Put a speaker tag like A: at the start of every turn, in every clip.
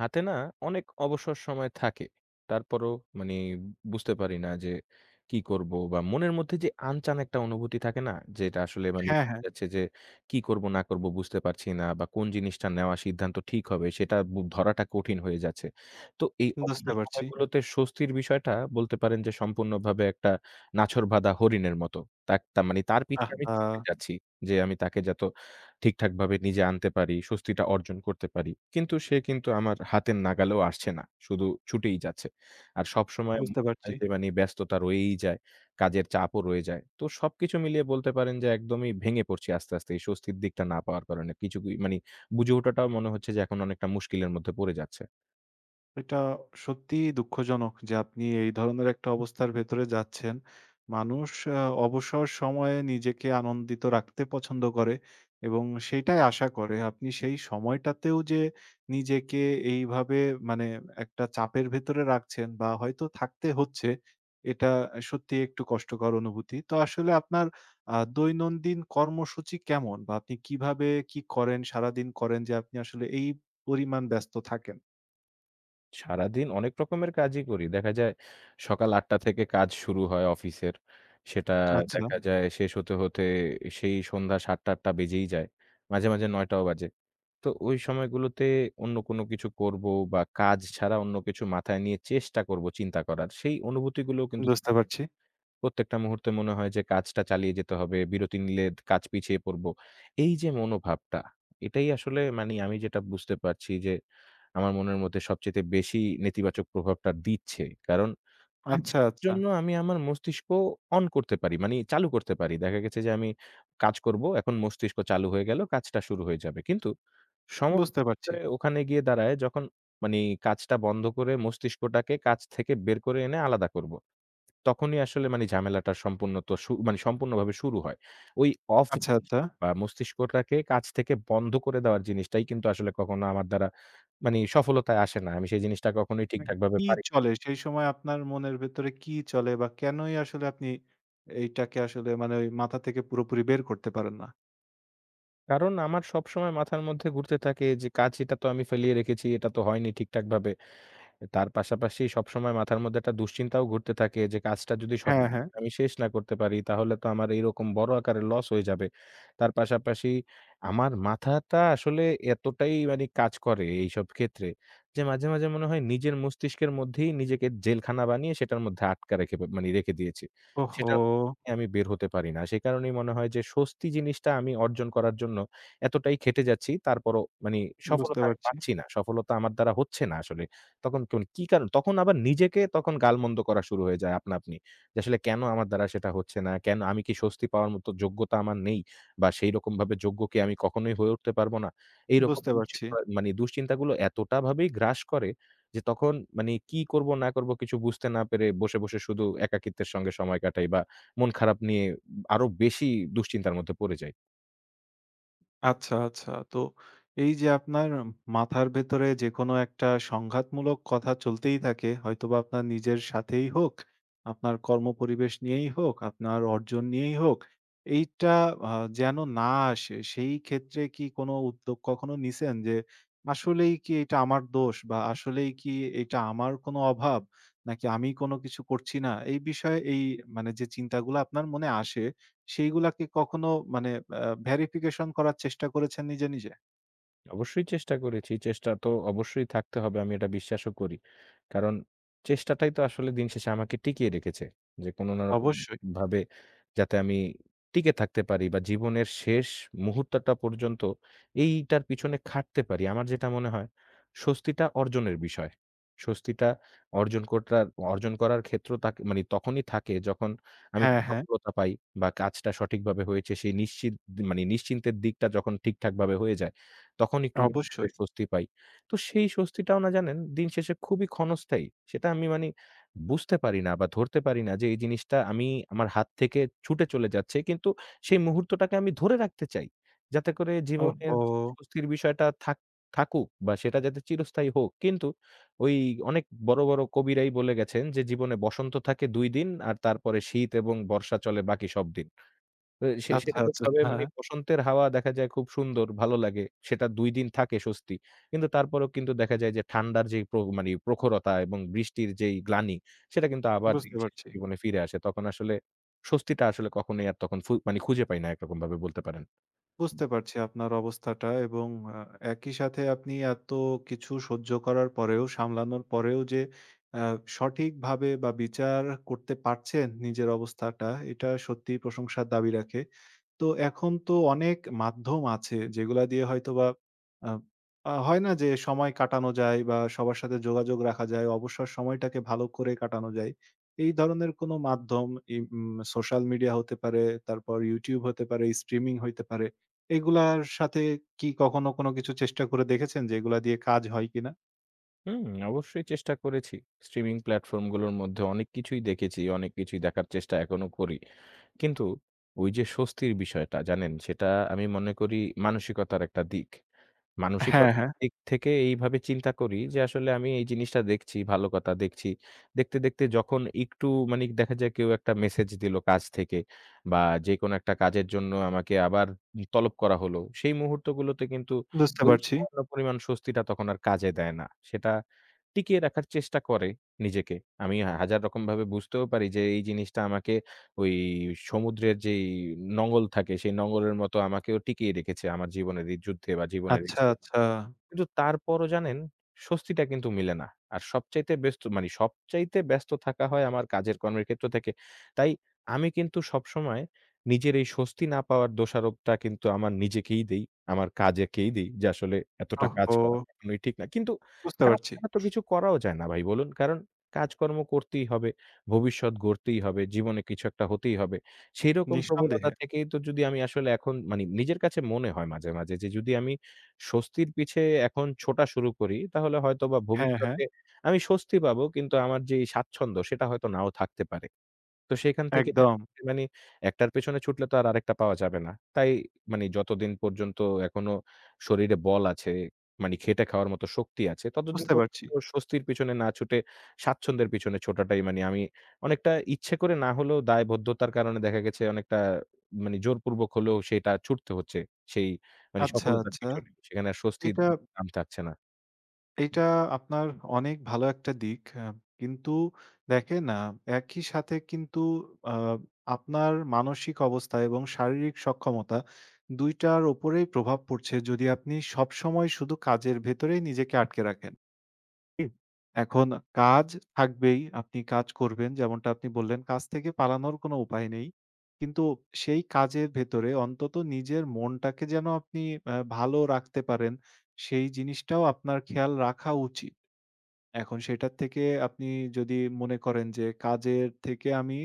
A: হাতে না অনেক অবসর সময় থাকে। তারপরও মানে বুঝতে পারি না যে কি করব? বা মনের মধ্যে যে আনচান একটা অনুভূতি থাকে না? যেটা আসলে মানে
B: হ্যাঁ,
A: বোঝা
B: হ্যাঁ
A: যাচ্ছে যে কি করব না করব বুঝতে পারছি না বা কোন জিনিসটা নেওয়া সিদ্ধান্ত ঠিক হবে সেটা ধরাটা কঠিন হয়ে যাচ্ছে। তো এই
B: বুঝতে
A: অবসর
B: পারছি।
A: সময়গুলোতে স্বস্তির বিষয়টা বলতে পারেন যে সম্পূর্ণভাবে একটা নাছোড়বাঁধা হরিণের মতো। তাক তা মানে তার পিছে আমি
B: আহা!
A: ছুটে যাচ্ছি যে আমি তাকে যত ঠিকঠাকভাবে নিজে আনতে পারি, স্বস্তিটা অর্জন করতে পারি। কিন্তু সে কিন্তু আমার হাতের নাগালেও আসছে না। শুধু ছুটেই যাচ্ছে। আর সবসময়
B: বুঝতে পারছি।
A: হয় যে মানি ব্যস্ততা রয়েই যায়, কাজের চাপও রয়ে যায়। তো সবকিছু মিলিয়ে বলতে পারেন যে একদমই ভেঙে পড়ছি আস্তে, আস্তে এই স্বস্তির দিকটা না পাওয়ার কারণে। কিছু কি মানি বুঝে ওঠাটাও মনে হচ্ছে যে এখন অনেকটা মুশকিলের মধ্যে পড়ে যাচ্ছে।
B: এটা সত্যিই দুঃখজনক যে আপনি এই ধরনের একটা অবস্থার ভেতরে যাচ্ছেন। মানুষ আ অবসর সময়ে নিজেকে আনন্দিত রাখতে পছন্দ করে এবং সেটাই আশা করে। আপনি সেই সময়টাতেও যে নিজেকে এইভাবে মানে একটা চাপের ভেতরে রাখছেন বা হয়তো থাকতে হচ্ছে, এটা সত্যিই একটু কষ্টকর অনুভূতি। তো আসলে আপনার দৈনন্দিন কর্মসূচি কেমন? বা আপনি কিভাবে কি করেন, সারাদিন করেন যে আপনি আসলে এই পরিমাণ ব্যস্ত থাকেন?
A: সারাদিন অনেক রকমের কাজই করি। দেখা যায় সকাল ৮ঃ০০ থেকে কাজ শুরু হয় অফিসের। সেটা
B: আচ্ছা।
A: দেখা যায় শেষ হতে, হতে সেই সন্ধ্যা ৭ঃ০০ ৮ঃ০০ বেজেই যায়। মাঝে, মাঝে ৯টাও বাজে। তো ওই সময়গুলোতে অন্য কোনো কিছু করব বা কাজ ছাড়া অন্য কিছু মাথায় নিয়ে চেষ্টা করব চিন্তা করার। সেই অনুভূতিগুলোও কিন্তু
B: বুঝতে পারছি।
A: প্রত্যেকটা মুহূর্তে মনে হয় যে কাজটা চালিয়ে যেতে হবে। বিরতি নিলে কাজ পিছিয়ে পড়বো। এই যে মনোভাবটা, এটাই আসলে মানি আমি যেটা বুঝতে পারছি যে আমার মনের মধ্যে সবচাইতে বেশি নেতিবাচক প্রভাবটা দিচ্ছে। কারণ আচ্ছা।
B: আচ্ছা, আচ্ছা।
A: জন্য আমি আমার মস্তিষ্ক অন করতে পারি। মানি চালু করতে পারি। দেখা গেছে যে আমি কাজ করব, এখন মস্তিষ্ক চালু হয়ে গেল, কাজটা শুরু হয়ে যাবে। কিন্তু সমস্যা
B: বুঝতে
A: হচ্ছে
B: পারছি।
A: ওখানে গিয়ে দাঁড়ায় যখন মানি কাজটা বন্ধ করে মস্তিষ্কটাকে কাজ থেকে বের করে এনে আলাদা করব। তখনই আসলে মানে ঝামেলাটা সম্পূর্ণ তো মানে সম্পূর্ণভাবে শুরু হয়। ওই অফ
B: আচ্ছা, আচ্ছা।
A: বা মস্তিষ্কটাকে কাজ থেকে বন্ধ করে দেওয়ার জিনিসটাই কিন্তু আসলে কখনো আমার দ্বারা মানে সফলতায় আসে না। আমি সেই জিনিসটা কখনোই
B: মানে
A: ঠিকঠাকভাবে
B: কি
A: পারি না।
B: চলে সেই সময় আপনার মনের ভেতরে কি চলে বা কেনই আসলে আপনি এইটাকে আসলে ওই মাথা থেকে পুরোপুরি বের করতে পারেন না?
A: কারণ আমার সবসময় মাথার মধ্যে ঘুরতে থাকে যে কাজ এটা তো আমি ফেলিয়ে রেখেছি, এটা তো হয়নি ঠিকঠাকভাবে। তার পাশাপাশি সবসময় মাথার মধ্যে একটা দুশ্চিন্তাও ঘুরতে থাকে যে কাজটা যদি
B: হ্যাঁ,
A: সঠিক
B: হ্যাঁ।
A: আমি শেষ না করতে পারি তাহলে তো আমার এইরকম বড় আকারের লস হয়ে যাবে। তার পাশাপাশি আমার মাথাটা আসলে এতটাই মানে কাজ করে এইসব ক্ষেত্রে যে মাঝে, মাঝে মনে হয় নিজের মস্তিষ্কের মধ্যেই নিজেকে জেলখানা বানিয়ে সেটার মধ্যে আটকা রেখে মানে রেখে দিয়েছি। সেটা
B: ওহহো!
A: আমি বের হতে পারি না। সে কারণেই মনে হয় যে স্বস্তি জিনিসটা আমি অর্জন করার জন্য এতটাই খেটে যাচ্ছি তারপরও মানে
B: বুঝতে
A: সফলতা আমি
B: পারছি,
A: পাচ্ছি না। সফলতা আমার দ্বারা হচ্ছে না আসলে। তখন কোন কি কারণ? তখন আবার নিজেকে তখন গালমন্দ করা শুরু হয়ে যায় আপনা আপনি। যে আসলে কেন আমার দ্বারা সেটা হচ্ছে না? কেন আমি কি স্বস্তি পাওয়ার মতো যোগ্যতা আমার নেই? বা সেইরকমভাবে যোগ্য কি আমি কখনোই হয়ে উঠতে পারবো না? এইরকম
B: বুঝতে পারছি।
A: মানে দুশ্চিন্তাগুলো এতটাভাবেই গ্রাস করে যে তখন মানে কি করব না করব কিছু বুঝতে না পেরে বসে, বসে শুধু একাকিত্বের সঙ্গে সময় কাটাই বা মন খারাপ নিয়ে আরো বেশি দুশ্চিন্তার মধ্যে পড়ে যাই।
B: আচ্ছা, আচ্ছা। তো এই যে আপনার মাথার ভেতরে যেকোনো একটা সংঘাতমূলক কথা চলতেই থাকে, হয়তোবা আপনার নিজের সাথেই হোক, আপনার কর্মপরিবেশ নিয়েই হোক, আপনার অর্জন নিয়েই হোক, এইটা আ যেন না আসে, সেই ক্ষেত্রে কি কোনো উদ্যোগ কখনো নিছেন? যে আসলেই কি এটা আমার দোষ বা আসলেই কি এটা আমার কোনো অভাব? নাকি আমি কোনো কিছু করছি না? এই বিষয়ে এই যে চিন্তাগুলা আপনার মনে আসে, সেইগুলা কি কখনো মানে ভেরিফিকেশন করার চেষ্টা করেছেন নিজে, নিজে?
A: অবশ্যই চেষ্টা করেছি। চেষ্টা তো অবশ্যই থাকতে হবে। আমি এটা বিশ্বাসও করি। কারণ চেষ্টাটাই তো আসলে দিন শেষে আমাকে টিকিয়ে রেখেছে। যে কোনো না রকম
B: অবশ্যই।
A: ভাবে যাতে আমি টিকে থাকতে পারি বা জীবনের শেষ মুহূর্তটা পর্যন্ত এইটার পিছনে খাটতে পারি। আমার যেটা মনে হয় স্বস্তিটা অর্জনের বিষয়। স্বস্তিটা অর্জন কোটার অর্জন করার ক্ষেত্র তাকে মানে তখনই থাকে যখন আমি
B: হ্যাঁ, হ্যাঁ,
A: সফলতা পাই বা কাজটা সঠিকভাবে হয়েছে সেই নিশ্চিত মানে নিশ্চিন্তের দিকটা যখন ঠিকঠাকভাবে হয়ে যায়। তখন একটু মুহূর্তে
B: অবশ্যই।
A: স্বস্তি পাই। তো সেই স্বস্তিটাও না জানেন দিন শেষে খুবই ক্ষণস্থায়ী। সেটা আমি মানি বুঝতে পারি না বা ধরতে পারি না যে এই জিনিসটা আমি আমার হাত থেকে ছুটে চলে যাচ্ছে। কিন্তু সেই মুহূর্তটাকে আমি ধরে রাখতে চাই। যাতে করে জীবনের
B: ওহহো!
A: স্বস্তির বিষয়টা থাকুক বা সেটা যাতে চিরস্থায়ী হোক। কিন্তু ওই অনেক বড়, বড় কবিরাই বলে গেছেন যে জীবনে বসন্ত থাকে ২ দিন আর তারপরে শীত এবং বর্ষা চলে বাকি সব দিন। তো
B: আচ্ছা, আচ্ছা।
A: সেরকমভাবে মানে
B: হ্যাঁ,
A: বসন্তের হাওয়া দেখা যায় খুব সুন্দর, ভালো লাগে। সেটা ২ দিন থাকে স্বস্তি। কিন্তু তারপরেও কিন্তু দেখা যায় যে ঠান্ডার যেই মানে প্রখরতা এবং বৃষ্টির যেই গ্লানি, সেটা কিন্তু আবার দিন
B: বুঝতে
A: শেষে
B: পারছি।
A: জীবনে ফিরে আসে। তখন আসলে স্বস্তিটা আসলে কখনোই আর তখন মানে খুঁজে পাই না একরকমভাবে বলতে পারেন।
B: বুঝতে পারছি আপনার অবস্থাটা এবং আ একই সাথে আপনি এত কিছু সহ্য করার পরেও, সামলানোর পরেও যে আ সঠিকভাবে বা বিচার করতে পারছেন নিজের অবস্থাটা, এটা সত্যিই প্রশংসার দাবি রাখে। তো এখন তো অনেক মাধ্যম আছে যেগুলা দিয়ে হয়তোবা আ আ হয় না যে সময় কাটানো যায় বা সবার সাথে যোগাযোগ রাখা যায়, অবসর সময়টাকে ভালো করে কাটানো যায়। এই ধরনের কোনো মাধ্যম ই উম সোশ্যাল মিডিয়া হতে পারে, তারপর YouTube হতে পারে, স্ট্রিমিং হইতে পারে। এগুলার সাথে কি কখনো কোনো কিছু চেষ্টা করে দেখেছেন যে এগুলা দিয়ে কাজ হয় কিনা?
A: হুম, অবশ্যই চেষ্টা করেছি। স্ট্রিমিং প্ল্যাটফর্ম গুলোর মধ্যে অনেক কিছুই দেখেছি, অনেক কিছুই দেখার চেষ্টা এখনো করি। কিন্তু ওই যে স্বস্তির বিষয়টা জানেন, সেটা আমি মনে করি মানসিকতার একটা দিক।
B: হ্যাঁ,
A: মানসিকতার
B: হ্যাঁ।
A: দিক থেকে এইভাবে চিন্তা করি যে আসলে আমি এই জিনিসটা দেখছি, ভালো কথা দেখছি। দেখতে, দেখতে যখন একটু মানে দেখা যায় কেউ একটা মেসেজ দিল কাজ থেকে বা যেকোনো একটা কাজের জন্য আমাকে আবার তলব করা হলো। সেই মুহূর্তগুলোতে কিন্তু
B: বুঝতে
A: ওই
B: পারছি।
A: সামান্য পরিমাণ স্বস্তিটা তখন আর কাজে দেয় না। সেটা টিকিয়ে রাখার চেষ্টা করে নিজেকে। আমি হাজার রকমভাবে বুঝতেও পারি যে এই জিনিসটা আমাকে ওই সমুদ্রের যেই নোঙর থাকে, সেই নোঙরের মতো আমাকেও টিকিয়ে রেখেছে আমার জীবনের এই যুদ্ধে বা জীবনের এই
B: আচ্ছা,
A: ঝুঁকি
B: আচ্ছা।
A: কিন্তু তারপরও জানেন স্বস্তিটা কিন্তু মিলে না। আর সবচাইতে ব্যস্ত মানে সবচাইতে ব্যস্ত থাকা হয় আমার কাজের কর্মের ক্ষেত্র থেকে। তাই আমি কিন্তু সবসময় নিজের এই স্বস্তি না পাওয়ার দোষারোপটা কিন্তু আমার নিজেকেই দেই, আমার কাজেকেই দেই যে আসলে এতটা কাজ
B: ওহহো!
A: করা কখনোই ঠিক না। কিন্তু
B: বুঝতে
A: কাজ
B: পারছি।
A: ছাড়া তো কিছু করাও যায় না ভাই বলুন। কারণ কাজকর্ম করতেই হবে, ভবিষ্যৎ গড়তেই হবে, জীবনে কিছু একটা হতেই হবে। সেইরকম প্রবণতা
B: নিঃসন্দেহে।
A: থেকেই তো যদি আমি আসলে এখন মানে নিজের কাছে মনে হয় মাঝে, মাঝে যে যদি আমি স্বস্তির পিছে এখন ছোটা শুরু করি, তাহলে হয়তোবা
B: হ্যাঁ, হ্যাঁ।
A: ভবিষ্যতে আমি স্বস্তি পাবো কিন্তু আমার যে এই স্বাচ্ছন্দ্য সেটা হয়তো নাও থাকতে পারে। তো সেখান থেকে দেখা
B: একদম।
A: যাচ্ছে মানে একটার পেছনে ছুটলে তো আর আরেকটা পাওয়া যাবে না। তাই মানে যতদিন পর্যন্ত এখনো শরীরে বল আছে, মানে খেটে খাওয়ার মতো শক্তি আছে, ততদিন
B: বুঝতে পারছি।
A: পর্যন্ত স্বস্তির পিছনে না ছুটে স্বাচ্ছন্দ্যের পিছনে ছোটাটাই মানে আমি অনেকটা ইচ্ছে করে না হলেও দায়বদ্ধতার কারণে দেখা গেছে অনেকটা মানে জোরপূর্বক হলেও সেটা ছুটতে হচ্ছে সেই মানে
B: আচ্ছা,
A: সফলতার
B: আচ্ছা।
A: পিছনে। সেখানে আর স্বস্তির
B: এটা
A: দাম থাকছে না।
B: এটা আপনার অনেক ভালো একটা দিক। কিন্তু দেখেন একই সাথে কিন্তু আ আপনার মানসিক অবস্থা এবং শারীরিক সক্ষমতা ২ টার উপরেই প্রভাব পড়ছে যদি আপনি সবসময় শুধু কাজের ভেতরেই নিজেকে আটকে রাখেন। ঠিক? এখন কাজ থাকবেই। আপনি কাজ করবেন। যেমনটা আপনি বললেন, কাজ থেকে পালানোর কোনো উপায় নেই। কিন্তু সেই কাজের ভেতরে অন্তত নিজের মনটাকে যেন আপনি ভালো রাখতে পারেন, সেই জিনিসটাও আপনার খেয়াল রাখা উচিত। এখন সেটার থেকে আপনি যদি মনে করেন যে কাজের থেকে আমি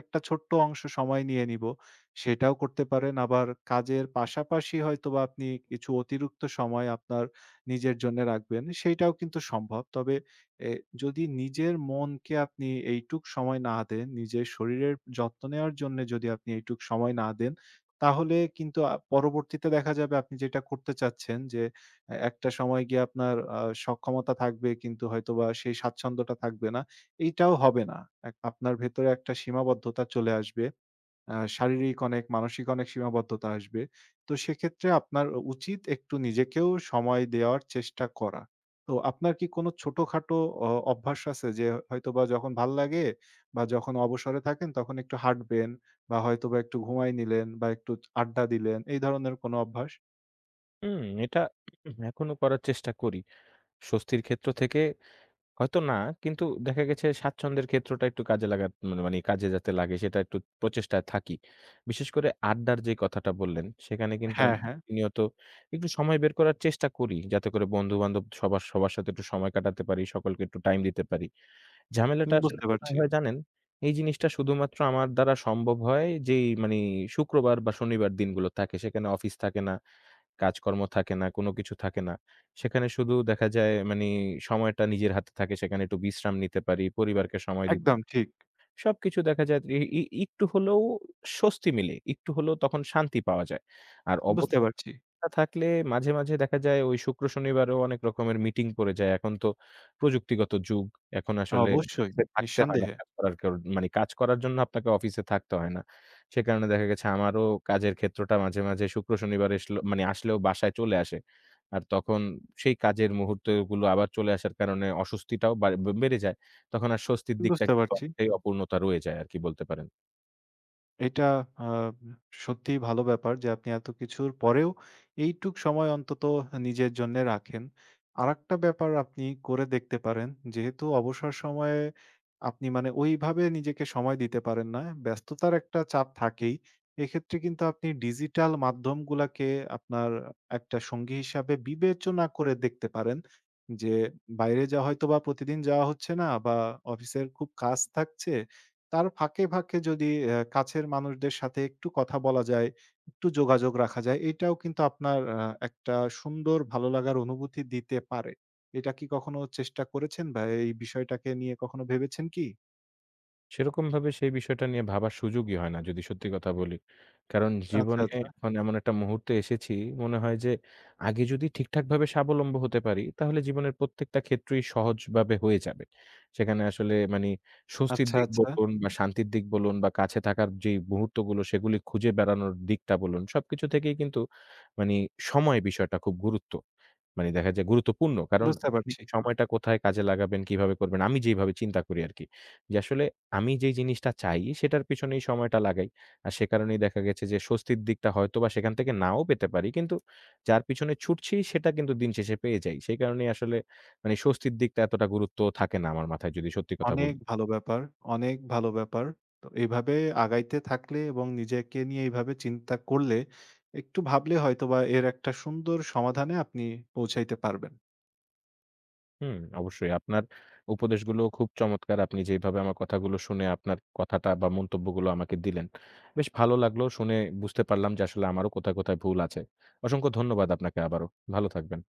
B: একটা ছোট্ট অংশ সময় নিয়ে নিব, সেটাও করতে পারেন। আবার কাজের পাশাপাশি হয়তোবা আপনি কিছু অতিরিক্ত সময় আপনার নিজের জন্যে রাখবেন, সেইটাও কিন্তু সম্ভব। তবে এ যদি নিজের মনকে আপনি এইটুক সময় না দেন, নিজের শরীরের যত্ন নেওয়ার জন্যে যদি আপনি এইটুক সময় না দেন, তাহলে কিন্তু পরবর্তীতে দেখা যাবে আপনি যেটা করতে চাচ্ছেন যে একটা সময় গিয়ে আপনার সক্ষমতা থাকবে কিন্তু হয়তোবা সেই স্বাচ্ছন্দ্যটা থাকবে না। এইটাও হবে না। আপনার ভেতরে একটা সীমাবদ্ধতা চলে আসবে। শারীরিক অনেক, মানসিক অনেক সীমাবদ্ধতা আসবে। তো সেক্ষেত্রে আপনার উচিত একটু নিজেকেও সময় দেওয়ার চেষ্টা করা। তো আপনার কি কোনো ছোটখাটো অভ্যাস আছে যে হয়তোবা যখন ভাল লাগে বা যখন অবসরে থাকেন তখন একটু হাঁটবেন বা হয়তোবা একটু ঘুমায় নিলেন বা একটু আড্ডা দিলেন, এই ধরনের কোনো অভ্যাস?
A: হুম, এটা এখনো করার চেষ্টা করি। স্বস্তির ক্ষেত্র থেকে হয়তো না। কিন্তু দেখা গেছে স্বাচ্ছন্দ্যের ক্ষেত্রটা একটু কাজে লাগা মানে মানে কাজে যাতে লাগে সেটা একটু প্রচেষ্টায় থাকি। বিশেষ করে আড্ডার যে কথাটা বললেন, সেখানে কিন্তু
B: হ্যাঁ,
A: আমি
B: হ্যাঁ।
A: প্রতিনিয়ত একটু সময় বের করার চেষ্টা করি। যাতে করে বন্ধু-বান্ধব সবার সবার সাথে একটু সময় কাটাতে পারি, সকলকে একটু টাইম দিতে পারি। ঝামেলাটা আসলে
B: বুঝতে
A: কোথায়
B: পারছি।
A: হয় জানেন? এই জিনিসটা শুধুমাত্র আমার দ্বারা সম্ভব হয় যেই মানে শুক্রবার বা শনিবার দিনগুলো থাকে। সেখানে অফিস থাকে না। কাজকর্ম থাকে না, কোনো কিছু থাকে না। সেখানে শুধু দেখা যায় মানি সময়টা নিজের হাতে থাকে। সেখানে একটু বিশ্রাম নিতে পারি, পরিবারকে সময় দিতে
B: একদম
A: পারি।
B: ঠিক।
A: সবকিছু দেখা যায় ই ই একটু হলেও স্বস্তি মিলে। একটু হলেও তখন শান্তি পাওয়া যায়। আর
B: বুঝতে
A: অবসর
B: পারছি।
A: না থাকলে মাঝে, মাঝে দেখা যায় ওই শুক্র শনিবারেও অনেক রকমের মিটিং পড়ে যায়। এখন তো প্রযুক্তিগত যুগ। এখন আসলে
B: অবশ্যই,
A: অফিসে থাকতে হয় না
B: নিঃসন্দেহে।
A: কাজ করার কারণ মানে কাজ করার জন্য আপনাকে অফিসে থাকতে হয় না। সে কারণে দেখা গেছে আমারও কাজের ক্ষেত্রটা মাঝে, মাঝে শুক্র শনিবার মানে আসলেও বাসায় চলে আসে। আর তখন সেই কাজের মুহূর্তগুলো আবার চলে আসার কারণে অস্বস্তিটাও বেড়ে যায়। তখন আর স্বস্তির দিকটা
B: বুঝতে
A: কিন্তু
B: পারছি।
A: অনেকটাই অপূর্ণতা রয়ে যায় আরকি বলতে পারেন।
B: এটা আ সত্যিই ভালো ব্যাপার যে আপনি এত কিছুর পরেও এইটুক সময় অন্তত নিজের জন্যে রাখেন। আরেকটা ব্যাপার আপনি করে দেখতে পারেন। যেহেতু অবসর সময়ে আপনি ওইভাবে নিজেকে সময় দিতে পারেন না। ব্যস্ততার একটা চাপ থাকেই। এক্ষেত্রে কিন্তু আপনি ডিজিটাল মাধ্যমগুলাকে আপনার একটা সঙ্গী হিসাবে বিবেচনা করে দেখতে পারেন। যে বাইরে যা হয়তোবা প্রতিদিন যাওয়া হচ্ছে না বা অফিসের খুব কাজ থাকছে। তার ফাঁকে, ফাঁকে যদি কাছের মানুষদের সাথে একটু কথা বলা যায়, একটু যোগাযোগ রাখা যায়, এটাও কিন্তু আপনার একটা সুন্দর ভালো লাগার অনুভূতি দিতে পারে। এটা কি কখনো চেষ্টা করেছেন বা এই বিষয়টাকে নিয়ে কখনো ভেবেছেন কি?
A: সেরকমভাবে সেই বিষয়টা নিয়ে ভাবার সুযোগই হয় না যদি সত্যি কথা বলি। কারণ
B: আচ্ছা,
A: জীবনে
B: আচ্ছা।
A: এখন এমন একটা মুহূর্তে এসেছি মনে হয় যে আগে যদি ঠিকঠাকভাবে স্বাবলম্ব হতে পারি তাহলে জীবনের প্রত্যেকটা ক্ষেত্রেই সহজভাবে হয়ে যাবে। সেখানে আসলে মানি স্বস্তির
B: আচ্ছা,
A: দিক
B: আচ্ছা।
A: বলুন বা শান্তির দিক বলুন বা কাছে থাকার যেই মুহূর্তগুলো সেগুলি খুঁজে বেড়ানোর দিকটা বলুন, সবকিছু থেকেই কিন্তু মানি সময় বিষয়টা খুব গুরুত্ব। মানে দেখা যায় গুরুত্বপূর্ণ। কারণ
B: বুঝতে
A: আপনি
B: পারছি।
A: সময়টা কোথায় কাজে লাগাবেন, কিভাবে করবেন? আমি যেইভাবে চিন্তা করি আরকি। যে আসলে আমি যেই জিনিসটা চাই সেটার পিছনেই সময়টা লাগাই। আর সে কারণেই দেখা গেছে যে স্বস্তির দিকটা হয়তোবা সেখান থেকে নাও পেতে পারি। কিন্তু যার পিছনে ছুটছি সেটা কিন্তু দিন শেষে পেয়ে যাই। সেই কারণেই আসলে মানে স্বস্তির দিকটা এতটা গুরুত্ব থাকে না আমার মাথায় যদি সত্যি কথা
B: অনেক
A: বলি।
B: ভালো ব্যাপার, অনেক ভালো ব্যাপার। তো এভাবে আগাইতে থাকলে এবং নিজেকে নিয়ে এইভাবে চিন্তা করলে, একটু ভাবলে হয়তোবা এর একটা সুন্দর সমাধানে আপনি পৌঁছাইতে পারবেন।
A: হুম, অবশ্যই। আপনার উপদেশগুলো খুব চমৎকার। আপনি যেইভাবে আমার কথাগুলো শুনে আপনার কথাটা বা মন্তব্যগুলো আমাকে দিলেন। বেশ ভালো লাগলো শুনে বুঝতে পারলাম যে আসলে আমারও কোথায়, কোথায় ভুল আছে। অসংখ্য ধন্যবাদ আপনাকে আবারও। ভালো থাকবেন।